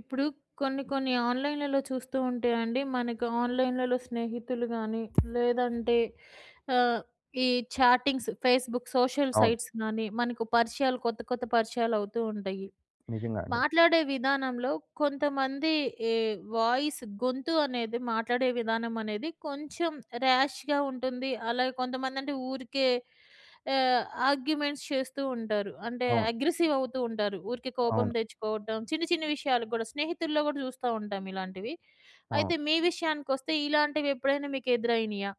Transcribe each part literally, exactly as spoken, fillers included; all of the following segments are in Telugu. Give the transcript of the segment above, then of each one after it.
ఇప్పుడు కొన్ని కొన్ని ఆన్‌లైన్‌లలో చూస్తూ ఉంటే అండి, మనకు ఆన్‌లైన్‌లలో స్నేహితులు గానీ, లేదంటే ఆహ్, ఈ చాటింగ్స్, ఫేస్‌బుక్, సోషల్ అవును. సైట్స్ గానీ, మనకు పరిచయాలు కొత్త కొత్త పరిచయాలవుతూ ఉంటాయి. నిజంగా అండి. మాట్లాడే విధానంలో కొంతమంది ఏ వాయిస్ గొంతు అనేది మాట్లాడే విధానం అనేది కొంచెం ర్యాష్‌గా ఉంటుంది. అలాగే కొంతమందంటే ఊరికే ఆహ్, ఆర్గ్యుమెంట్స్ చేస్తూ ఉంటారు. అంటే అవును. అగ్రెసివ్ అవుతూ ఉంటారు. ఊరికే కోపం అవును. తెచ్చుకోవటం. చిన్న చిన్న విషయాలకు గూడా స్నేహితుల్లో గూడా చూస్తా ఉంటాం ఇలాంటివి. అవును. అయితే మీ విషయానికొస్తే ఇలాంటివి ఎప్పుడైనా మీకు ఎదురైనయా?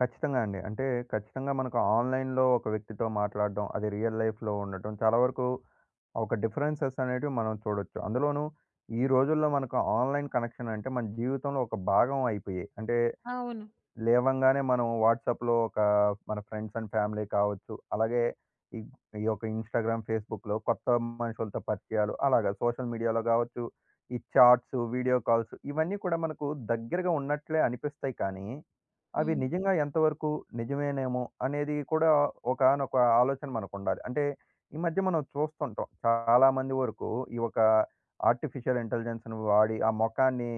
ఖచ్చితంగా అండి. అంటే ఖచ్చితంగా మనకు ఆన్‌లైన్‌లో ఒక వ్యక్తితో మాట్లాడడం, అది రియల్ లైఫ్‌లో ఉండటం చాలా వరకు ఒక డిఫరెన్సెస్ అనేటివి మనం చూడొచ్చు. అందులోనూ ఈ రోజుల్లో మనకు ఆన్‌లైన్ కనెక్షన్ అంటే మన జీవితంలో ఒక భాగం అయిపోయాయి. అంటే అవును. లేవంగానే మనం వాట్సాప్‌లో ఒక మన ఫ్రెండ్స్ అండ్ ఫ్యామిలీ కావచ్చు. అలాగే ఈ ఈ యొక్క ఇన్‌స్టాగ్రామ్, ఫేస్‌బుక్‌లో కొత్త మనుషులతో పరిచయాలు అలాగా సోషల్ మీడియాలో కావచ్చు, ఈ చాట్స్, వీడియో కాల్స్ ఇవన్నీ కూడా మనకు దగ్గరగా ఉన్నట్లే అనిపిస్తాయి కానీ, అవి హ్మ్. నిజంగా ఎంతవరకు నిజమేనేమో అనేది కూడా ఒకానొక ఆలోచన మనకుండాలి. అంటే ఈ మధ్య మనం చూస్తుంటాం. చాలామంది వరకు ఈ ఒక ఆర్టిఫిషియల్ ఇంటెలిజెన్స్‌ని వాడి, ఆ మొఖాన్ని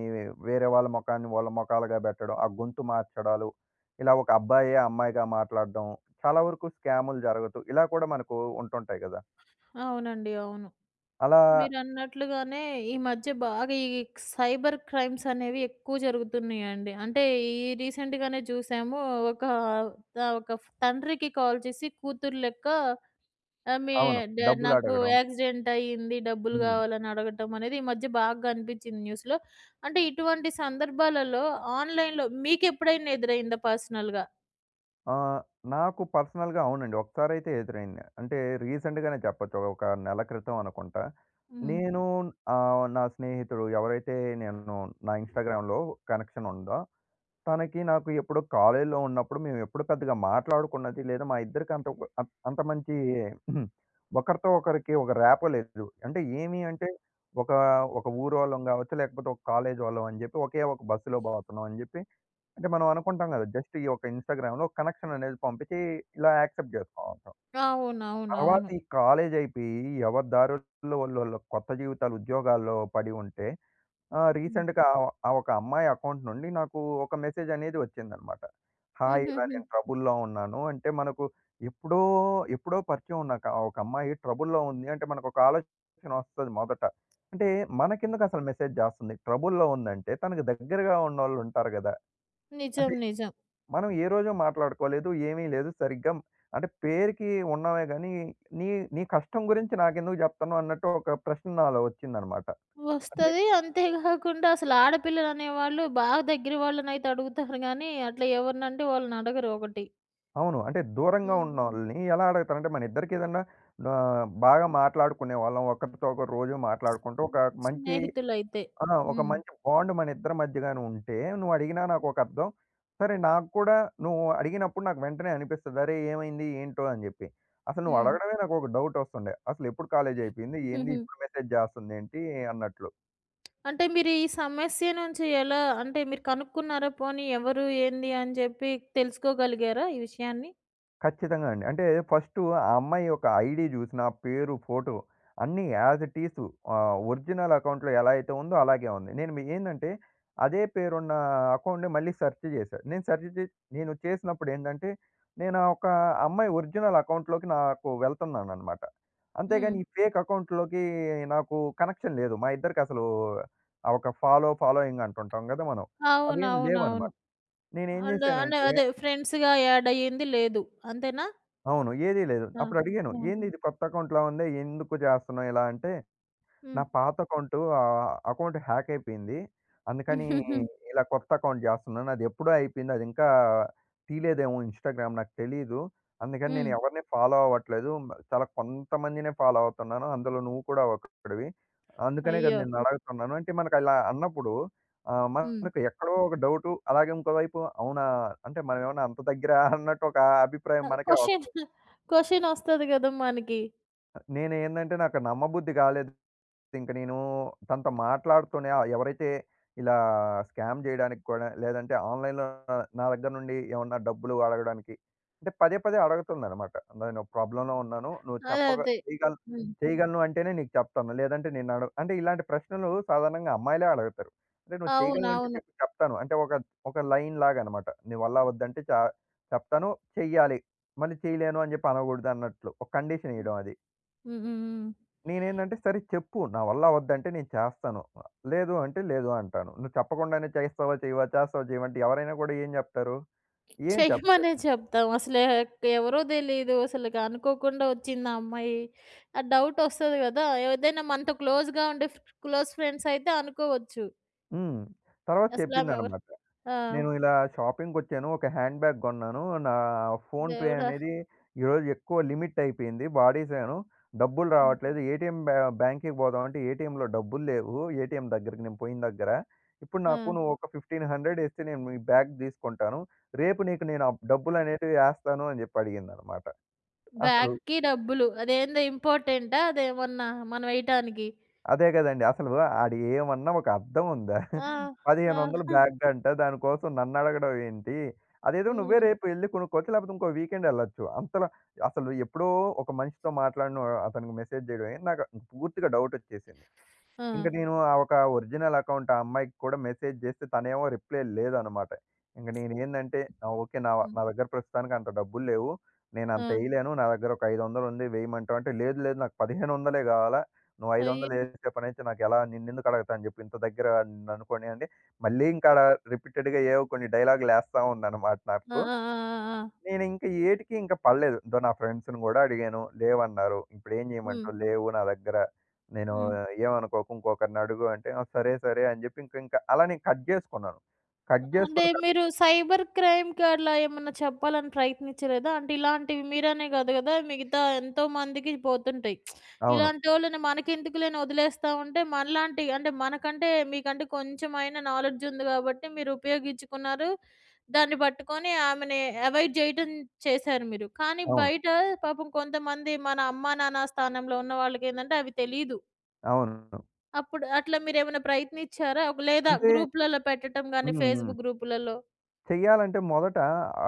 వేరే వాళ్ళ మొఖాన్ని వాళ్ళ మొఖాలుగా పెట్టడం, ఆ గొంతు మార్చడాలు, ఇలా ఒక అబ్బాయే అమ్మాయిగా మాట్లాడడం, చాలా వరకు స్కాములు జరగొచ్చు. ఇలా కూడా మనకు ఉంటుంటాయి గదా! అవునండి. అవును. అలా మీరన్నట్లుగానే ఈ మధ్య బాగా ఈ సైబర్ క్రైమ్స్ అనేవి ఎక్కువ జరుగుతున్నాయండి. అంటే ఈ రీసెంట్‌గానే చూసాము. ఒక త ఒక తండ్రికి కాల్ చేసి కూతురు లెక్క ఆహ్, మీ అవును. డ నాకు డబ్బులడగడం. యాక్సిడెంట్ అయింది. డబ్బులు హ్మ్. కావాలని అడగటం అనేది ఈ మధ్య బాగా కనిపించింది న్యూస్‌లో. అంటే ఇటువంటి సందర్భాలలో ఆన్‌లైన్‌లో మీకెప్పుడైనా ఎదురైందా పర్సనల్‌గా? ఆహ్, నాకు పర్సనల్‌గా అవునండి. ఒకసారయితే ఎదురైంది. అంటే రీసెంట్‌గానే చెప్పొచ్చు. ఒక నెల క్రితం అనుకుంటా. హ్మ్. నేను ఆహ్, నా స్నేహితుడు ఎవరైతే నేను నా ఇన్‌స్టాగ్రామ్‌లో కనెక్షన్ ఉందో తనకి నాకు ఎప్పుడో కాలేజీలో ఉన్నప్పుడు మేమెప్పుడు పెద్దగా మాట్లాడుకున్నది లేదా మా ఇద్దరికి అంత ఒక అం అంత మంచి ఒకరితో ఒకరికి ఒక ర్యాపో లేదు. అంటే ఏమి అంటే ఒక, ఒక ఊరోళ్ళం గావచ్చు, లేకపోతే ఒక కాలేజీ వాళ్ళం అని జెప్పి ఒకే ఒక బస్సులో బోతున్నాం అని జెప్పి అంటే మనం అనుకుంటాం గదా! జస్ట్ ఈ యొక్క ఇన్‌స్టాగ్రామ్‌లో కనెక్షన్ అనేది పంపించి ఇలా యాక్సెప్ట్ జేసుకుంటాం. తర్వాత అవునవునవును. ఈ కాలేజీ అయిపోయి ఎవరి దారుల్లో వాళ్ళోళ్ళ కొత్త జీవితాలు ఉద్యోగాల్లో పడి ఉంటే ఆ! హ్మ్. రీసెంట్‌గా ఆ ఆ ఒక అమ్మాయి అకౌంట్ నుండి నాకు ఒక మెసేజ్ అనేది వచ్చిందనమాట. హాయ్! ఇలా హుహుహు. నేను ట్రబుల్‌లో ఉన్నాను. అంటే మనకు ఎప్పుడో, ఎప్పుడో పరిచయం ఉన్న ఆ ఒక అమ్మాయి ట్రబుల్‌లో ఉంది అంటే మనకొక ఆలోచన వస్తది మొదట. అంటే మనకెందుకు అసలు మెసేజ్ చేస్తుంది? ట్రబుల్‌లో ఉందంటే తనకు దగ్గరగా ఉన్నోళ్ళు ఉంటారు గదా! నిజం. అంటే నిజం. మనం ఏ రోజు మాట్లాడుకోలేదు. ఏమీ లేదు. సరిగ్గా అంటే పేరుకి ఉన్నామే గానీ నీ నీ కష్టం గురించి నాకెందుకు జెప్తన్నావు అన్నట్టు ఒక ప్రశ్న నాలో వచ్చిందనమాట. అంటే వస్తది. అంతే గాకుండా అసలు ఆడపిల్లలనేవాళ్ళు బాగా దగ్గర వాళ్ళనైతే అడుగుతారు గానీ, అట్లా ఎవరినంటే వాళ్ళనడగరు ఒకటి. అవును. అంటే దూరంగా హ్మ్. ఉన్నోళ్ళని ఎలా అడుగుతారంటే, మన ఇద్దరికి ఏదన్నా ఆహ్, బాగా మాట్లాడుకునేవాళ్ళం. ఒకరితో ఒకరు రోజు స్ మాట్లాడుకుంటూ ఒక మంచి స్నేహితులైతే. ఆ! ఒక హ్మ్. మంచి బాండ్ మన ఇద్దరి మధ్యగాని ఉంటే, నువ్వు అడిగినా నాకొక అర్థం. సరే, నాకు కూడా నువ్వు అడిగినప్పుడు నాకు వెంటనే అనిపిస్తది. అరే! ఏమైంది? ఏంటో అని జెప్పి. అసలు నువ్వు హ్మ్. అడగడమే నాకొక డౌటొస్తుండే. అసలెప్పుడు కాలేజయిపోయింది? ఏంది హుహుహు. ఇప్పుడు మెసేజ్ జేస్తుందేంటి? అన్నట్లు. అంటే మీరు ఈ సమస్య నుంచి ఎలా అంటే మీరు కనుక్కున్నారా? పోనీ ఎవరు? ఏంది? అని జెప్పి తెలుసుకోగలిగారా ఈ విషయాన్ని? ఖచ్చితంగా అండి. అంటే ఫస్టు ఆ అమ్మాయి యొక్క ఐడీ జూసినా, పేరు, ఫోటో అన్నీ యాజ్ ఇట్ ఈస్ ఆహ్, ఒరిజినల్ అకౌంట్‌లో ఎలా అయితే ఉందో అలాగే ఉంది. నేను మీ ఏందంటే అదే పేరున్న అకౌంట్‌ని మళ్ళీ సెర్చ్ చేశా. నేను సెర్చ్ చే నేను చేసినప్పుడు ఏంటంటే, నేను ఆ ఒక అమ్మాయి ఒరిజినల్ అకౌంట్‌లోకి నాకు వెళ్తున్నాననమాట. హ్మ్. అంతేగాని ఈ ఫేక్ అకౌంట్‌లోకి నాకు కనెక్షన్ లేదు. మా ఇద్దరికి అసలు ఆ ఒక ఫాలో, ఫాలోయింగ్ అంటుంటాం గదా! మనం. అవేమి అవునవునవును. లేవనమాట. నేనేం అండ్ అంటే జేశానంటే అదే ఫ్రెండ్స్‌గా యాడ్ అయ్యింది లేదు. అంతేనా? అవును. ఏదీ లేదు. ఆ! అప్పుడు అడిగాను. ఆ! ఏంది ఇది కొత్త అకౌంట్‌లా ఉందే ఎందుకు చేస్తున్నావు ఇలా అంటే, నా హ్మ్. పాత అకౌంటు ఆహ్, అకౌంట్ హ్యాక్ అయిపోయింది. అందుకని ఇలా కొత్త అకౌంట్ చేస్తున్నాను. అది ఎప్పుడో అయిపోయింది. అది ఇంకా తీయలేదేమో ఇన్‌స్టాగ్రామ్ నాకు తెలీదు. అందుకని నేను హ్మ్. ఎవరిని ఫాలో అవ్వట్లేదు. చాలా కొంతమందినే ఫాలో అవుతున్నాను. అందులో నువ్వు కూడా ఒకడివి. అందుకనే కదా అయ్యో! నిన్ను అడగుతున్నాను. అంటే మనకు అలా అన్నప్పుడు ఆహ్, హ్మ్. మనకు ఎక్కడో ఒక డౌటు అలాగే ఇంకోవైపు అవునా! అంటే మనమేమన్నా అంత దగ్గరా అన్నట్టు ఒక అభిప్రాయం ఆ! మనకే క్వషన్ వస్తది. క్వషనొస్తది గదా! మనకి. నేనేందంటే నాకు నమ్మబుద్ధి కాలేదు. ఇంక నేను తనతో మాట్లాడుతూనే ఆహ్, ఎవరైతే ఇలా స్కామ్ జేయడానికి కూడా లేదంటే ఆన్‌లైన్‌లో నా దగ్గర నుండి ఏమన్నా డబ్బులు అడగడానికి అంటే పదే పదే అడుగుతుందనమాట. నేను ప్రాబ్లమ్‌లో ఉన్నాను. నువ్వు అదే. చెప్పగ అదే. చేయగల హ్మ్. చేయగలను అంటేనే నీకు చెప్తాను. లేదంటే నేను అడగ అంటే ఇలాంటి ప్రశ్నలు సాధారణంగా అమ్మాయిలే అడుగుతారు. అంటే నువ్వు చేయగలనంటే అవునవును. చెప్పు చెప్తాను. అంటే ఒక, ఒక లైన్ లాగనమాట. నీ వల్ల అవద్దంటే చ చెప్తాను. చెయ్యాలి. మళ్ళీ చేయలేను అని జెప్పి అనగూడదన్నట్లు. ఒక కండిషన్ హ్మ్. ఇయడం అది. హ్మ్. హ్మ్. హ్మ్. నేనేందంటే, సరే చెప్పు. నా వల్ల అవ్వద్దంటే నేను చేస్తాను. లేదు అంటే లేదు అంటాను. నువ్వు చెప్పకుండానే చేస్తావా చేయవా? చేస్తావా చేయవా? అంటే ఎవరైనా కూడా ఏం జెప్తారు? ఏం చెప్పలేరు. చెయ్యమనే చెప్తాం. అసలు ఎవరో తెలీదు. అసలుకి అనుకోకుండా వచ్చిందా అమ్మాయి. ఆ డౌటొస్తది గదా! ఏదైనా మనతో క్లోజ్‌గా ఉండే క్లోజ్ ఫ్రెండ్స్ అయితే అనుకోవచ్చు. హ్మ్. తర్వాత అసలు ఆమె ఎవరు చెప్పిందనమాట. ఆ! నేను ఇలా షాపింగ్‌కొచ్చాను. ఒక హ్యాండ్ బ్యాగ్ కొన్నాను. నా ఫోన్‌పే దేవుడా! అనేది ఈరోజు ఎక్కువ లిమిట్ అయిపోయింది. వాడేసాను. డబ్బులు హ్మ్. రావట్లేదు. ఏటీఎం బ్యా బ్యాంక్‌కి పోదామంటే ఏటీఎంలో డబ్బులు లేవు. ఏటీఎం దగ్గరికి నేను పోయిన దగ్గర. ఇప్పుడు ఆ! నాకు నువ్వు ఒక పదిహేను వందలు ఎస్తే నేను ఈ బ్యాగ్ తీసుకుంటాను. రేపు నీకు నేను ఆ డబ్బులనేటివి ఎస్తాను అని చెప్పి అడిగిందనమాట. అసలు బ్యాగ్‌కి డబ్బులు. అదేందో ఇంపార్టెంటా అదేమన్నా మనం ఎయటానికి? అదే గదండీ. అసలు ఆడు ఏమన్నా ఒక అర్థం ఉందా? ఆ! ఆ! పదిహేను వందలు బ్యాగ్ అంట. దానికోసం నన్నడగడం ఏంటి? అదేదో నువ్వే హ్మ్. రేపు ఎళ్లి కొనుక్కోవచ్చు. లేకపోతే ఇంకో వీకెండ్ ఎళ్ళొచ్చు. అంతలా అసలు ఎప్పుడో ఒక మనిషితో మాట్లాడిన అతనికి మెసేజ్ జేయడం ఏంటి? నాకు పూర్తిగా డౌటొచ్చేసింది. ఇంక ఆ! నేను ఆ ఒక ఒరిజినల్ అకౌంట్ ఆ అమ్మాయికి కూడా మెసేజ్ జేస్తే తనేమో రిప్లై లేదనమాట. ఇంక నేనేందంటే ఆ! ఓకే. నా హ్మ్. నా దగ్గర ప్రస్తుతానికి అంత డబ్బులు లేవు. నేనంత ఆ! ఎయలేను. నా దగ్గర ఒక ఐదు వందలు ఉంది వేయమంటావా? అంటే లేదు లేదు నాకు 1500లే గావాలా. నువ్వు అయ్యో! ఐదు వందలు ఎసే పనైతే నాకెలా నిన్నెందుకు అడగతా అని జెప్పి ఇంత దగ్గర నన్నుకొని అంటే మళ్ళీ ఇంకాడ రిపీటెడ్‌గా ఏవో కొన్ని డైలాగులేస్తా ఉందనమాట ఆ! నాకు. ఆ! ఆ! ఆ! నేను ఇంక ఏటికి ఇంక పడలేదు. దో నా ఫ్రెండ్స్‌ని గూడా అడిగాను. లేవన్నారు. ఇప్పుడేం హ్మ్. చేయమంటావు? లేవు నా దగ్గర. నేను హ్మ్. ఏమనుకోకు ఇంకొకరిని అడుగు అంటే, "ఆ! సరే, సరే" అని జెప్పి ఇంక ఇంక అలా నేను కట్ జేసుకున్నాను. కట్ అంటే జేసుకున్న క మీరు సైబర్ క్రైమ్‌కి అట్లా ఏమన్నా చెప్పాలని ప్రయత్నించలేదా? అంటే ఇలాంటివి మీరనే కాదు కదా! మిగతా ఎంతోమందికి పోతుంటాయి. అవును. ఇలాంటోళ్ళని మనకెందుకులేని వదిలేస్తా ఉంటే మనలాంటి అంటే మనకంటే మీకంటే కొంచెమైనా నాలెడ్జ్ ఉంది కాబట్టి మీరు ఉపయోగించుకున్నారు. దాన్ని పట్టుకొని ఆమెని అవాయిడ్ చేయటం చేశారు మీరు. కానీ అవును. బయట పాపం కొంతమంది మన అమ్మా, నాన్న స్థానంలో ఉన్న వాళ్ళకేందంటే అవి తెలీదు. అవును. అప్పుడు అట్లా మీరేమైనా ప్రయత్నించారా? ఒక లేదా అంటే గ్రూప్‌లలో పెట్టటం గాని హ్మ్. ఫేస్‌బుక్ గ్రూప్‌లలో. చెయ్యాలంటే మొదట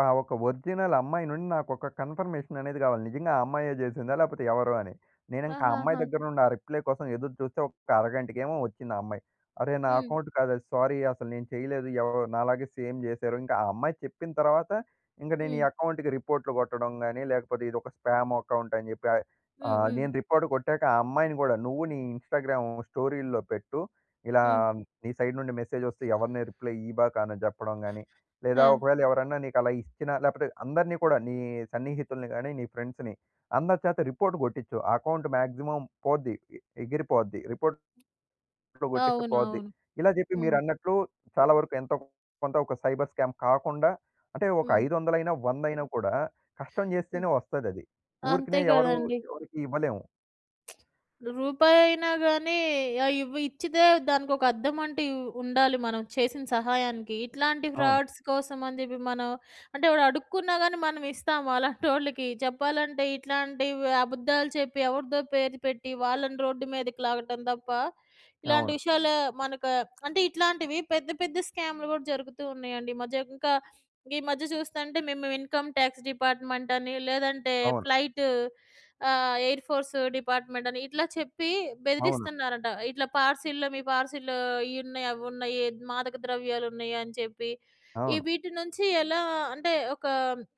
ఆ ఒక ఒరిజినల్ అమ్మాయి నుండి నాకొక కన్ఫర్మేషన్ అనేది గావాలి. నిజంగా ఆ అమ్మాయే జేసిందా? లేపోతే ఎవరు అని. నేనింకా ఆ అమ్మాయి ఆహాహా! దగ్గర నుండి ఆ రిప్లై కోసం ఎదురు చూస్తే ఒక అరగంటకేమో వచ్చింది ఆ అమ్మాయి. "అరే! నా హ్మ్. అకౌంట్ కాదు అది. సారీ అసలు నేను చేయలేదు. ఎవరో నాలాగే సేమ్ జేశారు." ఇంకా ఆ అమ్మాయి చెప్పిన తర్వాత ఇంక నేను ఈ హ్మ్. అకౌంట్‌కి రిపోర్ట్‌లు గొట్టడం గానీ, లేకపోతే ఇదొక స్పామ్ అకౌంట్ అని జెప్పి ఆహ్, హ్మ్. ఆహ్, హ్మ్. నేను రిపోర్ట్ కొట్టాక ఆ అమ్మాయిని గూడా "నువ్వు నీ ఇన్‌స్టాగ్రామ్ స్టోరీల్లో పెట్టు. ఇలా హ్మ్. నీ సైడ్ నుండి మెసేజొస్తే ఎవరిని రిప్లై ఇయ్యబాక" అని జెప్పడం గానీ, లేదా ఆ! ఒకవేళ ఎవరన్నా నీకలా ఇచ్చినా, లేపోతే అందరిని కూడా నీ సన్నిహితుల్ని గాని, నీ ఫ్రెండ్స్‌ని అందరి చేత రిపోర్ట్ గొట్టిచ్చు. ఆ అకౌంట్ మాక్సిమం పోద్ది. ఎ ఎగిరిపోద్ది. రిపోర్ట్‌లో గొట్టిస్తే పోద్ది. అవునవును. ఇలా జెప్పి హ్మ్. మీరన్నట్లు చాలా వరకు ఎంతో కొంత ఒక సైబర్ స్కామ్ కాకుండా అంటే ఒక హ్మ్. ఐదు వందలు వంద కూడా కష్టం హ్మ్. జేస్తేనే వస్తదది. అంతే ఊరికనే ఎవరు కదండీ! ఎవరికీ ఇవ్వలేము. రూపాయైనా గానీ ఆహ్, ఇవ్ ఇచ్చితే దానికొక అర్థం అంటే ఇవ్ ఉండాలి మనం చేసిన సహాయానికి. ఇట్లాంటి అవును. ఫ్రాడ్స్ కోసం అని జెప్పి మనం అంటే వాడు అడుక్కున్నా గానీ మనం ఇస్తామా అలాంటోళ్ళకి? చెప్పాలంటే ఇట్లాంటివి అబద్ధాలు చెప్పి ఎవరిదో పేరు పెట్టి వాళ్ళని రోడ్డు మీదకి లాగటం తప్ప, ఇలాంటి అవును. విషయాలు మనకు అంటే ఇట్లాంటివి పెద్ద పెద్ద స్కామ్‌లు గూడా జరుగుతూ ఉన్నాయండి. ఈ మధ్య ఇంకా ఈ మధ్య చూస్తుంటే మేము ఇన్‌కమ్ టాక్స్ డిపార్ట్‌మెంట్ అని లేదంటే అవును. ఫ్లైట్ ఆహ్, ఎయిర్ ఫోర్స్ డిపార్ట్‌మెంట్ అని ఇట్లా చెప్పి అవును. బెదిరిస్తున్నారంట. ఇట్లా పార్సిల్‌లో మీ పార్సిల్‌లో ఇయున్నాయి, అవున్నాయి, మాదక ద్రవ్యాలున్నాయి అని చెప్పి. ఈ అవును. వీటి నుంచి ఎలా అంటే ఒక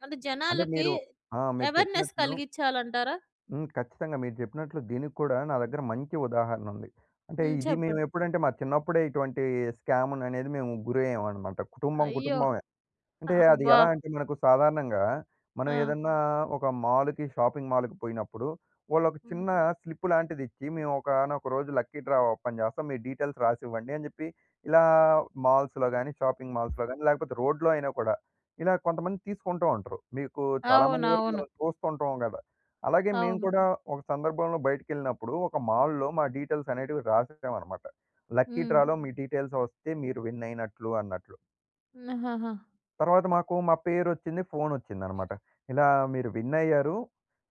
అంటే అంటే జనాలకి మీరు ఆ! మీరు అవేర్‌నెస్ చెప్పినట్లు కలిగిచ్చాలంటారా? హ్మ్. ఖచ్చితంగా. మీరు చెప్పినట్లు దీనికి కూడా నా దగ్గర మంచి ఉదాహరణ ఉంది. అంటే హ్మ్. ఇది మేము చెప్పండి. ఎప్పుడంటే మా చిన్నప్పుడే ఇటువంటి స్కామ్ అనేది మేము గురయ్యామనమాట. కుటుంబం, అయ్యో! కుటుంబమే. అంటే అది అబ్బా! ఎలా అంటే మనకు సాధారణంగా మనం ఆ! ఏదన్నా ఒక మాల్‌కి, షాపింగ్ మాల్‌కి పోయినప్పుడు వాళ్ళొక హ్మ్. చిన్న స్లిప్ లాంటిది ఇచ్చి మేము ఒకానొక రోజు లక్కీ డ్రా ఓపెన్ చేస్తాం. మీ డీటెయిల్స్ రాసివ్వండి అని చెప్పి ఇలా మాల్స్‌లో గాని, షాపింగ్ మాల్స్‌లో గాని లేకపోతే రోడ్‌లో అయినా కూడా ఇలా కొంతమంది తీసుకుంటూ ఉంటారు. మీకు చాలామంది వరకు అవునవును. మనం చూస్తుంటాం కదా! అలాగే మేము అవును. కూడా ఒక సందర్భంలో బయటికెళ్ళినప్పుడు ఒక మాల్‌లో మా డీటెయిల్స్ అనేటివి రాసేసామనమాట. లక్కీ హ్మ్. డ్రాలో మీ డీటెయిల్స్ వస్తే మీరు విన్ అయినట్లు అన్నట్లు. ఆహాహా! తర్వాత మాకు మా పేరొచ్చింది. ఫోనొచ్చిందనమాట. ఇలా మీరు విన్నయ్యారు.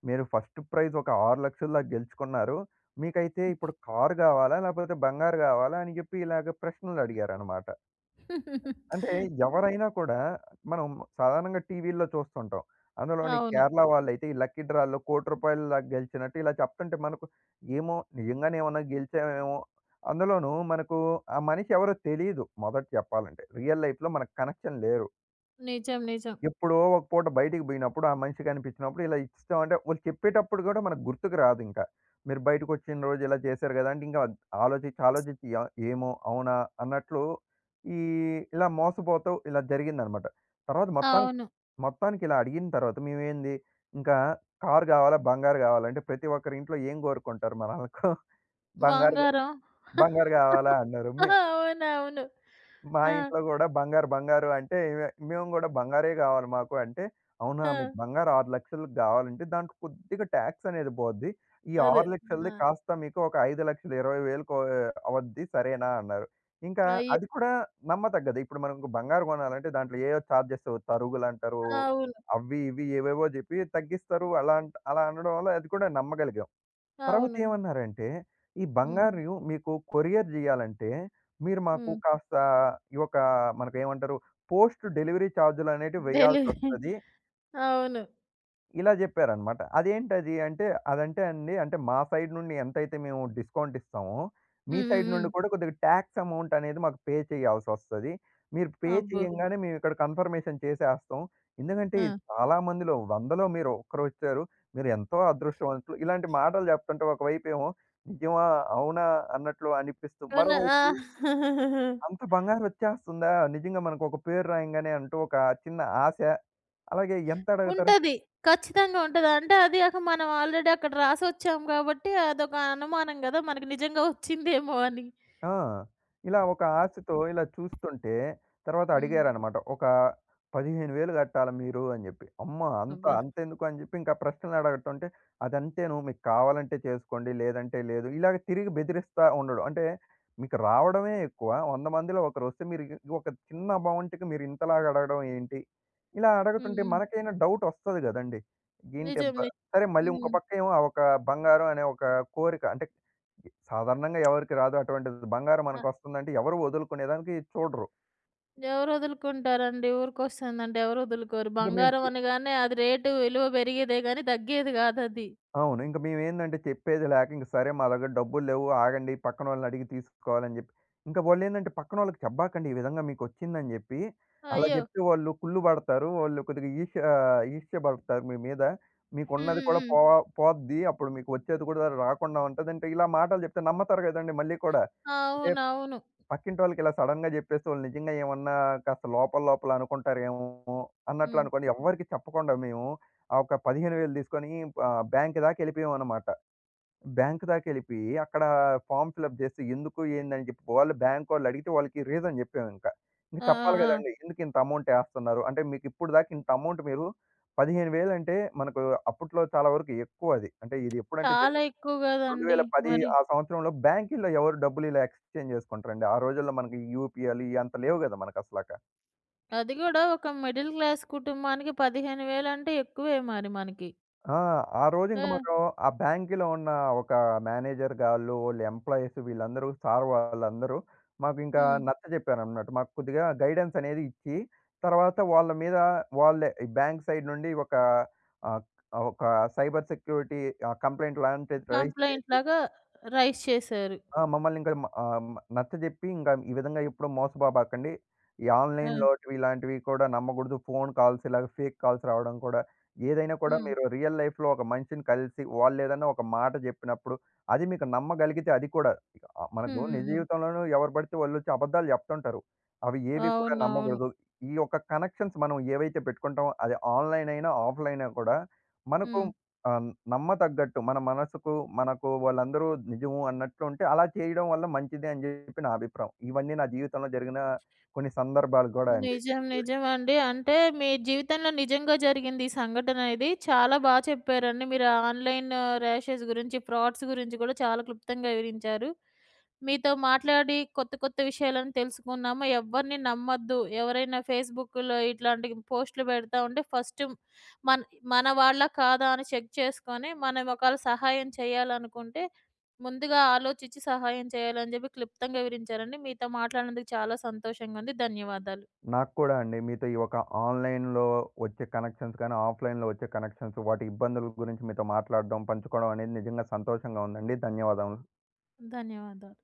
మీరు ఫస్ట్ ప్రైజ్ ఒక ఆరు లక్షలు దాకా గెలుచుకున్నారు. మీకైతే ఇప్పుడు కారు గావాలా? లేకపోతే బంగారు గావాలా? అని జెప్పి ఇలాగ ప్రశ్నలడిగారనమాట. అంటే హ్మ్. ఎవరైనా కూడా మనం సాధారణంగా టీవీల్లో చూస్తుంటాం. అందులోని అవును. కేరళ వాళ్ళైతే ఈ లక్కీ డ్రాల్లో రూ. ఒక కోటి దాకా గెలిచినట్టు ఇలా చెప్తుంటే మనకు ఏమో నిజంగానే ఏమన్నా గెలిచామేమో! అందులోనూ మనకు ఆ మనిషి ఎవరో తెలీదు మొదట చెప్పాలంటే. రియల్ లైఫ్‌లో మనకు కనెక్షన్ లేరు. నిజం. నిజం. ఎప్పుడో ఒక పూట బయటికి బోయినప్పుడు, ఆ మనిషి కనిపించినప్పుడు ఇలా ఇచ్చామంటే వాళ్ళు చెప్పేటప్పుడు గూడా మనకు గుర్తుకు రాదింక. మీరు బయటకొచ్చిన రోజు ఇలా చేశారు గదా! అంటే ఇంకా ఆలోచిచ్చి, ఆలోచిచ్చి య ఏమో! అవునా! అన్నట్లు ఈ ఇలా మోసపోతూ ఇలా జరిగిందనమాట. తర్వాత మొత్తానికి అవును. మొత్తానికి ఇలా అడిగిన తర్వాత మేమేంది ఇంకా కారు గావాలా? బంగారు గావాలా? అంటే ప్రతి ఒక్కరి ఇంట్లో ఏం కోరుకుంటారు మనకు? బంగారు గా బంగారం. బంగారు గావాలా అన్నారు. మీ అవునవును. మా ఆ! ఇంట్లో గూడా బంగారు, బంగారు అంటే ఇవే- మేము గూడా బంగారే గావాలి మాకు అంటే, అవునా! ఆ! మీకు బంగారు ఆరు లక్షలు గావాలంటే దాంట్లో కొద్దిగా ట్యాక్స్ అనేది పోద్ది. ఈ అదే. ఆ! ఆరు లక్షలది కాస్త మీకు ఒక ఐదు లక్షల ఇరవై వేలకో అవద్ది సరేనా? అన్నారు. ఇంకా అయ్యో! అది కూడా నమ్మతగ్గది. ఇప్పుడు మనకు బంగారు కొనాలంటే దాంట్లో ఏయో చార్జెస్ తరుగులంటారు. అవును. అవి ఇవి ఏవేవో జెప్పి తగ్గిస్తారు. అలా అంట- అలా అనడం వల్ల అది కూడా నమ్మగలిగాం. తర్వాత అవును. ఏమన్నారంటే, "ఈ హ్మ్. బంగారు మీకు కొరియర్ జేయాలంటే, మీరు మాకు హ్మ్. కాస్త ఈ యొక్క మనకేమంటారు పోస్ట్ డెలివరీ చార్జులనేటివి డెలివరీ వేయాల్సొస్తది. అవును. ఇలా జెప్పారనమాట. అదేంటది అంటే, అదంటే అండి అంటే మా సైడ్ నుండి ఎంతైతే మేము డిస్కౌంట్ ఇస్తామో, మీ హ్మ్. హ్మ్. సైడ్ హ్మ్. నుండి హ్మ్. కూడా కొద్దిగా టాక్స్ అమౌంట్ అనేది మాకు పే చేయాల్సొస్తది. మీరు పే హ్మ్. అబ్బో! చేయంగానే మేము ఇక్కడ కన్ఫర్మేషన్ చేసేస్తాం. ఎందుకంటే ఇది ఆ! చాలా మందిలో, వందలో మీరు ఒక్కరొచ్చారు. మీరు ఎంతో అదృష్టవంతులు. ఇలాంటి మాటలు జెప్తుంటే ఒకవైపేమో నిజమా? అవునా? అన్నట్లు అనిపిస్తూ, అవును. ఆ! మరోవైపు అంత బంగారమొచ్చేస్తుందా? నిజంగా మనకు ఒక పేరు రాయంగానే అంటూ ఒక చిన్న ఆశ. అలాగే ఎంత అడుగుతారు? ఉంటది. ఖచ్చితంగా ఉంటది. అంటే అది కాక మనం ఆల్రెడీ అక్కడ రాసొచ్చాం కాబట్టి అదొక అనుమానం గదా! మనకి నిజంగా వచ్చిందేమో అని. ఆ! ఇలా ఒక ఆశతో ఇలా చూస్తుంటే తర్వాత హ్మ్. అడిగారనమాట. ఒక పదిహేను వేలు కట్టాలా మీరు అని జెప్పి. అమ్మా! అంత అబ్బా! అంతెందుకు అని జెప్పి ఇంకా ప్రశ్నలు అడగటంటే, అదంతేను మీకు కావాలంటే చేసుకోండి, లేదంటే లేదు. ఇలాగ తిరిగి బెదిరిస్తా ఉండడు. అంటే మీకు రావడమే ఎక్కువ. వంద మందిలో ఒకరొస్తే మీరు ఇ ఒక చిన్న అమౌంట్‌కి మీరు ఇంతలాగా అడగడం ఏంటి? ఇలా హ్మ్. అడగుతుంటే హ్మ్. మనకైనా డౌట్ ఒస్తది గదండీ! నిజం. ఏంటబ్బా! ని సరే మళ్ళీ ఇంకో హ్మ్. పక్కేమో ఆ ఒక బంగారం అనే ఒక కోరిక అంటే సాధారణంగా ఎవరికి రాదు. అటువంటిది బంగారం మనకొస్తుందంటే ఎవరు వదులుకునేదానికి చూడరు. ఎవరొదులుకుంటారండి? ఊరికొస్తుందంటే ఎవరొదులుకోరు. ఇంక మేము బంగారం చె అనగానే అది రేటు విలువ పెరిగేదే గానీ తగ్గేది గాదది. అవును. ఇంక మేమేందంటే చెప్పేది లేక ఇంక సరే మా దగ్గర డబ్బులు లేవు ఆగండి పక్కనోళ్ళని అడిగి తీసుకోవాలని జెప్పి. ఇంక వాళ్ళేందంటే పక్కనోళ్ళకి చెప్పబాకండి. ఈ విధంగా మీకొచ్చిందని జెప్పి. అలా అయ్యో! జెప్తే వాళ్ళు కుళ్ళు పడతారు. వాళ్ళు కొద్దిగా ఈర్ష్య ఈర్ష్య పడతారు మీ మీద. హ్మ్. మీకున్నది హ్మ్. కూడా హ్మ్. పో పోద్ది. అప్పుడు మీకు వచ్చేది కూడా రాకుండా ఉంటదంటే ఇలా మాటలు జెప్తే నమ్మతారు గదండీ మళ్ళీ కూడా. అంటే అవునవును. పక్కింటోళ్ళకి ఇలా సడెన్‌గా జెప్పేస్తే వాళ్ళు నిజంగా ఏమన్నా కాస్త లోపల లోపల అనుకుంటారేమో అన్నట్లు హ్మ్. అనుకోని ఎవ్వరికీ చెప్పకుండా మేము ఆ ఒక పదిహేను వేలు తీసుకొని ఆహ్, బ్యాంక్ దాకా ఎళ్ళిపోయామన్నమాట. బ్యాంక్ దాకా ఎళ్ళిపోయి అక్కడ ఫార్మ్ ఫిలప్ చేస్తే ఎందుకు ఏందని చెప్పి వాళ్ళు బ్యాంకోళ్ళు అడిగితే వాళ్ళకి రీజన్ జెప్పామింక. ఇంక ఆ! చెప్పాలి ఆ! ఆ! గదండీ! ఎందుకు ఇంత అమౌంట్ ఏస్తన్నారు? అంటే మీకు ఇప్పుడు దాకా ఇంత అమౌంట్ మీరు పదిహేను వేలు అంటే మనకు అప్పట్లో చాలా వరకు ఎక్కువ అది. అంటే ఇది ఎప్పుడంటే చాలా జరిగింది ఎక్కువ గదండీ! రెండు వేల పది మరి. ఆ సంవత్సరంలో బ్యాంకిల్లో ఎవరు డబ్బులు ఇలా ఎక్స్‌చేంజ్ చేసుకుంటారండి? ఆ రోజుల్లో మనకి ఈ యూపీఐలు ఇయి అంత లేవు గదా! మనకసలక. అది గూడా ఒక మిడిల్ క్లాస్ కుటుంబానికి పదిహేను వేలు అంటే ఎక్కువే మరి మనకి. ఆ! ఆ రోజు ఇంక ఆ! మాకు ఆ బ్యాంకిలో ఉన్న ఒక మేనేజర్ గాళ్ళు, ఓళ్ళ ఎంప్లాయీస్ వీళ్ళందరూ సార్ వాళ్ళందరూ మాకింకా హ్మ్. నచ్చజెప్పారన్నమాట. మాకు కొద్దిగా గైడెన్స్ అనేది ఇచ్చి, తర్వాత వాళ్ళ మీద వాళ్ళే ఈ బ్యాంక్ సైడ్ నుండి ఒక ఆహ్, ఒక సైబర్ సెక్యూరిటీ ఆహ్, కంప్లెయింట్ లాంటిది రైజ్ కంప్లెయింట్ చేసి లాగా రైజ్ చేశారు. ఆ! మమ్మల్ని ఇంకా మ ఆహ్, హ్మ్, నచ్చజెప్పి ఇంకా ఈ విధంగా ఎప్పుడు మోసపోబాకండి. ఈ ఆ! ఆన్‌లైన్‌లో ఇలాంటివి కూడా నమ్మకూడదు. ఫోన్ కాల్స్ ఇలాగ ఫేక్ కాల్స్ రావడం కూడా ఏదైనా కూడా హ్మ్. మీరు రియల్ లైఫ్‌లో ఒక మనిషిని కలిసి వాళ్ళేదన్నా ఒక మాట జెప్పినప్పుడు అది మీకు నమ్మగలిగితే అది కూడా ఆహ్, మనకు హ్మ్. హ్మ్. నిజ హ్మ్. జీవితంలోనూ ఎవరు పడితే వాళ్ళొచ్చి అబద్ధాలు జెప్తుంటారు. అవి ఏవి కూడా అవునవును. నమ్మకూడదు. ఈ యొక్క కనెక్షన్స్ మనం ఏవైతే పెట్టుకుంటామో అది ఆన్‌లైన్ అయినా, ఆఫ్‌లైన్ అయినా కూడా మనకు హ్మ్. ఆ! నమ్మతగ్గట్టు మన మనసుకు, మనకు వాళ్ళందరూ నిజము అన్నట్లు ఉంటే, అలా చేయడం వల్ల మంచిదే అని జెప్పి నా అభిప్రాయం. ఇవన్నీ నా జీవితంలో జరిగిన కొన్ని సందర్భాలు గూడా అండి. నిజం. నిజమండి. అంటే మీ జీవితంలో నిజంగా జరిగింది ఈ సంఘటన ఇది. చాలా బా చెప్పారండి. మీరు ఆన్‌లైన్ ర్యాషెస్ గురించి, ఫ్రాడ్స్ గురించి కూడా చాలా క్లుప్తంగా వివరించారు. మీతో మాట్లాడి కొత్త కొత్త విషయాలను తెలుసుకున్నాము. ఎవ్వరిని నమ్మొద్దు. ఎవరైనా ఫేస్‌బుక్‌లో ఇట్లాంటి పోస్టులు పెడతా ఉంటే ఫస్ట్ మన మన వాళ్ళా కాదా అని చెక్ చేసుకొని మనం ఒకవేళ సహాయం చేయాలనుకుంటే ముందుగా ఆలోచించి సహాయం చేయాలని చెప్పి క్లుప్తంగా వివరించారండి. మీతో మాట్లాడినందుకు చాలా సంతోషంగా ఉంది. ధన్యవాదాలు. నాకు కూడా అండి మీతో ఈ ఒక ఆన్‌లైన్‌లో వచ్చే కనెక్షన్స్ కానీ, ఆఫ్‌లైన్‌లో వచ్చే కనెక్షన్స్ వాటి ఇబ్బందుల గురించి మీతో మాట్లాడడం, పంచుకోవడం అనేది నిజంగా సంతోషంగా ఉందండి. ధన్యవాదములు. ధన్యవాదాలు.